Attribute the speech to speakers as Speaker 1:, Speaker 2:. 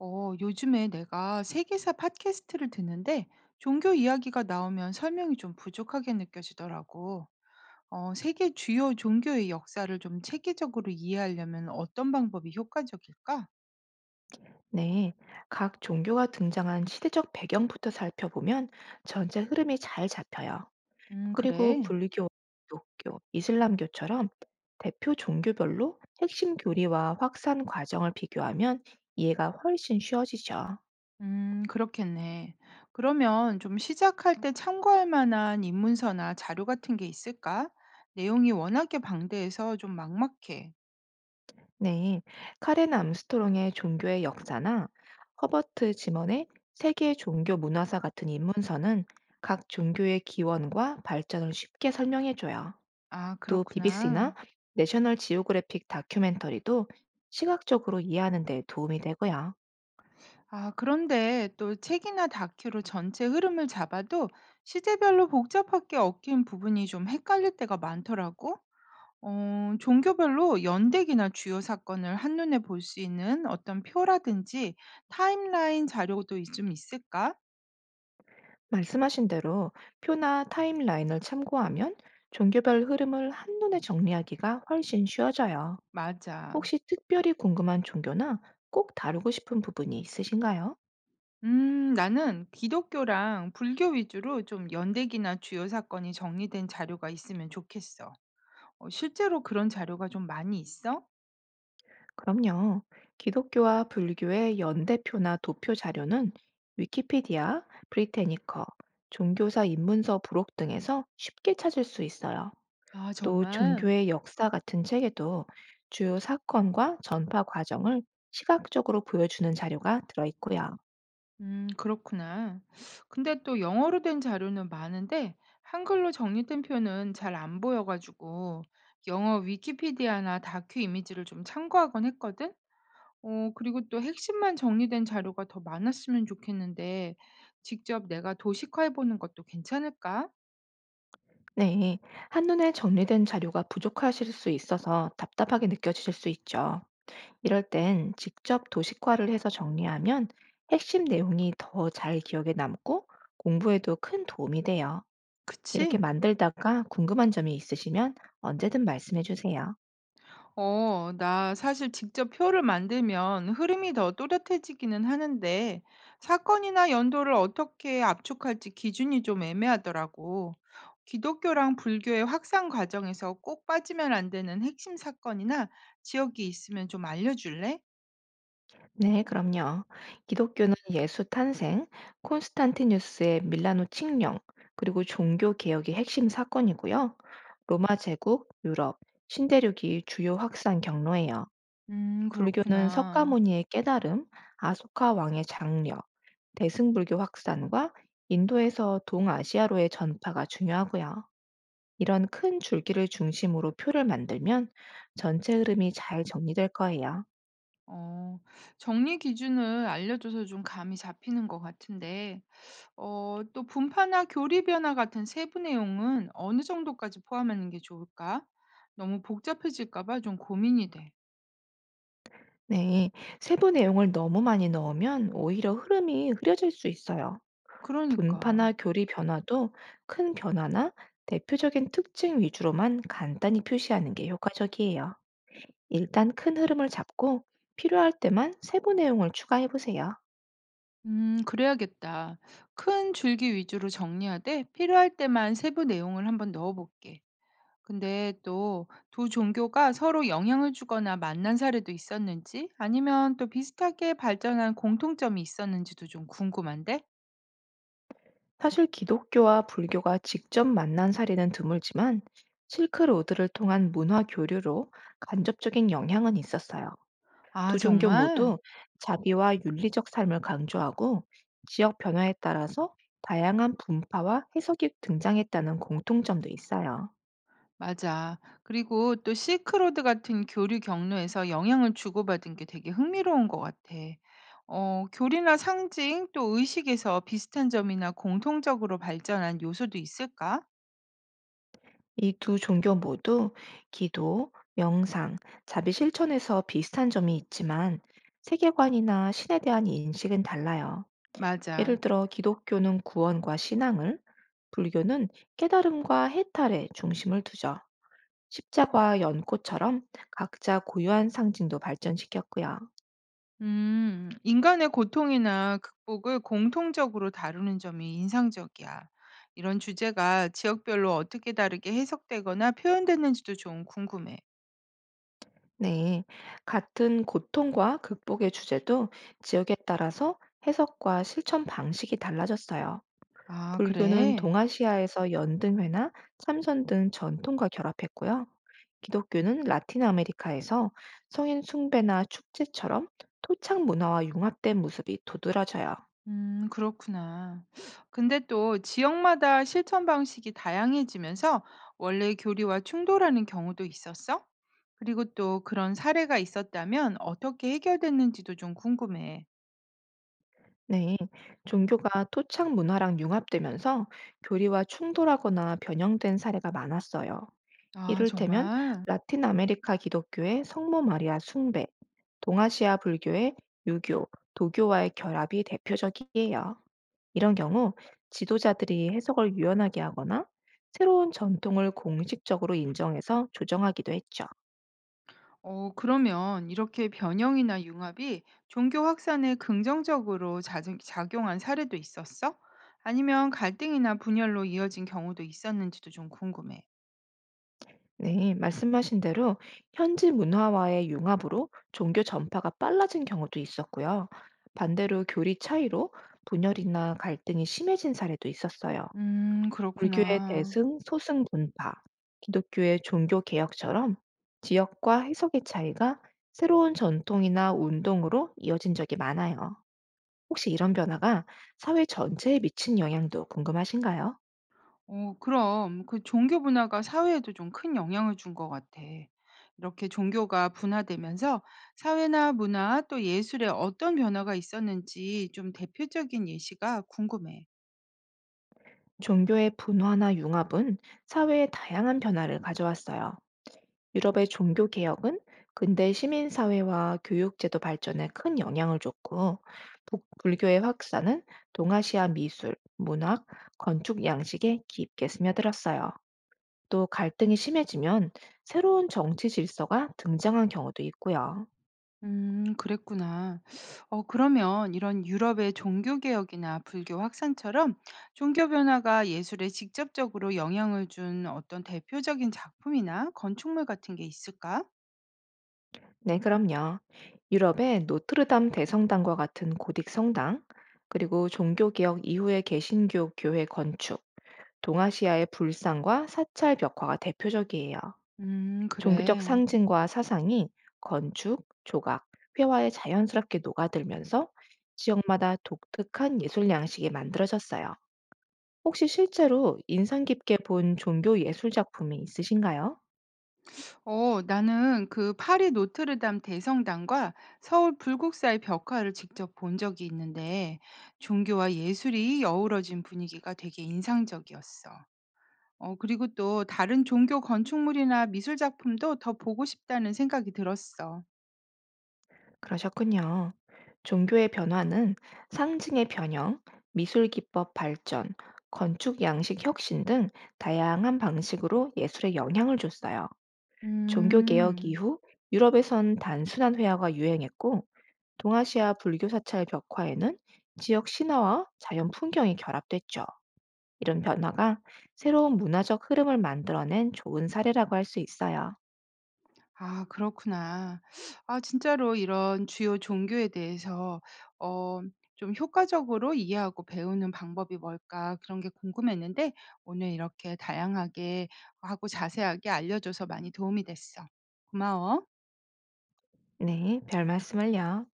Speaker 1: 요즘에 내가 세계사 팟캐스트를 듣는데 종교 이야기가 나오면 설명이 좀 부족하게 느껴지더라고. 세계 주요 종교의 역사를 좀 체계적으로 이해하려면 어떤 방법이 효과적일까?
Speaker 2: 네, 각 종교가 등장한 시대적 배경부터 살펴보면 전체 흐름이 잘 잡혀요. 그리고
Speaker 1: 그래.
Speaker 2: 불교, 기독교, 이슬람교처럼 대표 종교별로 핵심 교리와 확산 과정을 비교하면 이해가 훨씬 쉬워지죠.
Speaker 1: 그렇겠네. 그러면 좀 시작할 때 참고할 만한 입문서나 자료 같은 게 있을까? 내용이 워낙에 방대해서 좀 막막해.
Speaker 2: 네, 카렌 암스트롱의 종교의 역사나 허버트 지먼의 세계 종교 문화사 같은 입문서는 각 종교의 기원과 발전을 쉽게 설명해줘요.
Speaker 1: 아,
Speaker 2: 또 BBC나
Speaker 1: 그렇구나.
Speaker 2: 내셔널 지오그래픽 다큐멘터리도 시각적으로 이해하는 데 도움이 되고요.
Speaker 1: 아, 그런데 또 책이나 다큐로 전체 흐름을 잡아도 시대별로 복잡하게 얽힌 부분이 좀 헷갈릴 때가 많더라고. 종교별로 연대기나 주요 사건을 한눈에 볼 수 있는 어떤 표라든지 타임라인 자료도 좀 있을까?
Speaker 2: 말씀하신 대로 표나 타임라인을 참고하면 종교별 흐름을 한눈에 정리하기가 훨씬 쉬워져요.
Speaker 1: 맞아.
Speaker 2: 혹시 특별히 궁금한 종교나 꼭 다루고 싶은 부분이 있으신가요?
Speaker 1: 나는 기독교랑 불교 위주로 좀 연대기나 주요 사건이 정리된 자료가 있으면 좋겠어. 실제로 그런 자료가 좀 많이 있어?
Speaker 2: 그럼요. 기독교와 불교의 연대표나 도표 자료는 위키피디아, 브리테니커, 종교사 입문서 부록 등에서 쉽게 찾을 수 있어요.
Speaker 1: 아,
Speaker 2: 또
Speaker 1: 정말?
Speaker 2: 종교의 역사 같은 책에도 주요 사건과 전파 과정을 시각적으로 보여주는 자료가 들어있고요.
Speaker 1: 그렇구나. 근데 또 영어로 된 자료는 많은데 한글로 정리된 표는 잘 안 보여가지고 영어 위키피디아나 다큐 이미지를 좀 참고하곤 했거든. 그리고 또 핵심만 정리된 자료가 더 많았으면 좋겠는데 직접 내가 도식화해보는 것도 괜찮을까?
Speaker 2: 네, 한눈에 정리된 자료가 부족하실 수 있어서 답답하게 느껴지실 수 있죠. 이럴 땐 직접 도식화를 해서 정리하면 핵심 내용이 더 잘 기억에 남고 공부에도 큰 도움이 돼요. 이렇게
Speaker 1: 그치?
Speaker 2: 만들다가 궁금한 점이 있으시면 언제든 말씀해 주세요.
Speaker 1: 나 사실 직접 표를 만들면 흐름이 더 또렷해지기는 하는데 사건이나 연도를 어떻게 압축할지 기준이 좀 애매하더라고. 기독교랑 불교의 확산 과정에서 꼭 빠지면 안 되는 핵심 사건이나 지역이 있으면 좀 알려줄래?
Speaker 2: 네, 그럼요. 기독교는 예수 탄생, 콘스탄티누스의 밀라노 칙령, 그리고 종교 개혁이 핵심 사건이고요. 로마 제국, 유럽, 신대륙이 주요 확산 경로예요. 불교는
Speaker 1: 그렇구나.
Speaker 2: 석가모니의 깨달음, 아소카 왕의 장려, 대승불교 확산과 인도에서 동아시아로의 전파가 중요하고요. 이런 큰 줄기를 중심으로 표를 만들면 전체 흐름이 잘 정리될 거예요.
Speaker 1: 어, 정리 기준을 알려줘서 좀 감이 잡히는 것 같은데 또 분파나 교리 변화 같은 세부 내용은 어느 정도까지 포함하는 게 좋을까? 너무 복잡해질까 봐 좀 고민이 돼.
Speaker 2: 네, 세부 내용을 너무 많이 넣으면 오히려 흐름이 흐려질 수 있어요.
Speaker 1: 그러니까.
Speaker 2: 분파나 교리 변화도 큰 변화나 대표적인 특징 위주로만 간단히 표시하는 게 효과적이에요. 일단 큰 흐름을 잡고 필요할 때만 세부 내용을 추가해 보세요.
Speaker 1: 그래야겠다. 큰 줄기 위주로 정리하되 필요할 때만 세부 내용을 한번 넣어볼게. 근데 또 두 종교가 서로 영향을 주거나 만난 사례도 있었는지 아니면 또 비슷하게 발전한 공통점이 있었는지도 좀 궁금한데?
Speaker 2: 사실 기독교와 불교가 직접 만난 사례는 드물지만 실크로드를 통한 문화 교류로 간접적인 영향은 있었어요.
Speaker 1: 아,
Speaker 2: 두 종교
Speaker 1: 정말?
Speaker 2: 모두 자비와 윤리적 삶을 강조하고 지역 변화에 따라서 다양한 분파와 해석이 등장했다는 공통점도 있어요.
Speaker 1: 맞아. 그리고 또 실크로드 같은 교류 경로에서 영향을 주고받은 게 되게 흥미로운 것 같아. 교리나 상징 또 의식에서 비슷한 점이나 공통적으로 발전한 요소도 있을까?
Speaker 2: 이 두 종교 모두 기도, 명상, 자비 실천에서 비슷한 점이 있지만 세계관이나 신에 대한 인식은 달라요. 예를
Speaker 1: 맞아.
Speaker 2: 들어 기독교는 구원과 신앙을, 불교는 깨달음과 해탈에 중심을 두죠. 십자가와 연꽃처럼 각자 고유한 상징도 발전시켰고요.
Speaker 1: 인간의 고통이나 극복을 공통적으로 다루는 점이 인상적이야. 이런 주제가 지역별로 어떻게 다르게 해석되거나 표현되는지도 좀 궁금해.
Speaker 2: 네, 같은 고통과 극복의 주제도 지역에 따라서 해석과 실천 방식이 달라졌어요.
Speaker 1: 아,
Speaker 2: 불교는
Speaker 1: 그래?
Speaker 2: 동아시아에서 연등회나 참선 등 전통과 결합했고요. 기독교는 라틴 아메리카에서 성인 숭배나 축제처럼 토착 문화와 융합된 모습이 도드라져요.
Speaker 1: 그렇구나. 근데 또 지역마다 실천 방식이 다양해지면서 원래 교리와 충돌하는 경우도 있었어? 그리고 또 그런 사례가 있었다면 어떻게 해결됐는지도 좀 궁금해.
Speaker 2: 네, 종교가 토착 문화랑 융합되면서 교리와 충돌하거나 변형된 사례가 많았어요.
Speaker 1: 아,
Speaker 2: 이를테면
Speaker 1: 정말?
Speaker 2: 라틴 아메리카 기독교의 성모 마리아 숭배, 동아시아 불교의 유교, 도교와의 결합이 대표적이에요. 이런 경우 지도자들이 해석을 유연하게 하거나 새로운 전통을 공식적으로 인정해서 조정하기도 했죠.
Speaker 1: 그러면 이렇게 변형이나 융합이 종교 확산에 긍정적으로 작용한 사례도 있었어? 아니면 갈등이나 분열로 이어진 경우도 있었는지도 좀 궁금해.
Speaker 2: 네, 말씀하신 대로 현지 문화와의 융합으로 종교 전파가 빨라진 경우도 있었고요. 반대로 교리 차이로 분열이나 갈등이 심해진 사례도 있었어요. 불교의
Speaker 1: 그렇구나.
Speaker 2: 대승, 소승 분파, 기독교의 종교 개혁처럼 지역과 해석의 차이가 새로운 전통이나 운동으로 이어진 적이 많아요. 혹시 이런 변화가 사회 전체에 미친 영향도 궁금하신가요?
Speaker 1: 어 그럼. 그 종교 문화가 사회에도 좀 큰 영향을 준 것 같아. 이렇게 종교가 분화되면서 사회나 문화 또 예술에 어떤 변화가 있었는지 좀 대표적인 예시가 궁금해.
Speaker 2: 종교의 분화나 융합은 사회에 다양한 변화를 가져왔어요. 유럽의 종교 개혁은 근대 시민 사회와 교육 제도 발전에 큰 영향을 줬고 불교의 확산은 동아시아 미술, 문학, 건축 양식에 깊게 스며들었어요. 또 갈등이 심해지면 새로운 정치 질서가 등장한 경우도 있고요.
Speaker 1: 그랬구나. 그러면 이런 유럽의 종교개혁이나 불교 확산처럼 종교 변화가 예술에 직접적으로 영향을 준 어떤 대표적인 작품이나 건축물 같은 게 있을까?
Speaker 2: 네, 그럼요. 유럽의 노트르담 대성당과 같은 고딕 성당, 그리고 종교개혁 이후의 개신교 교회 건축, 동아시아의 불상과 사찰 벽화가 대표적이에요. 종교적
Speaker 1: 그래.
Speaker 2: 상징과 사상이 건축, 조각, 회화에 자연스럽게 녹아들면서 지역마다 독특한 예술 양식이 만들어졌어요. 혹시 실제로 인상 깊게 본 종교 예술 작품이 있으신가요?
Speaker 1: 나는 그 파리 노트르담 대성당과 서울 불국사의 벽화를 직접 본 적이 있는데 종교와 예술이 어우러진 분위기가 되게 인상적이었어. 그리고 또 다른 종교 건축물이나 미술 작품도 더 보고 싶다는 생각이 들었어.
Speaker 2: 그러셨군요. 종교의 변화는 상징의 변형, 미술 기법 발전, 건축 양식 혁신 등 다양한 방식으로 예술에 영향을 줬어요. 종교개혁
Speaker 1: 음.
Speaker 2: 이후 유럽에선 단순한 회화가 유행했고 동아시아 불교 사찰 벽화에는 지역 신화와 자연 풍경이 결합됐죠. 이런 변화가 새로운 문화적 흐름을 만들어낸 좋은 사례라고 할 수 있어요.
Speaker 1: 아 그렇구나. 아 진짜로 이런 주요 종교에 대해서 어 좀 효과적으로 이해하고 배우는 방법이 뭘까 그런 게 궁금했는데 오늘 이렇게 다양하게 하고 자세하게 알려줘서 많이 도움이 됐어. 고마워.
Speaker 2: 네, 별 말씀을요.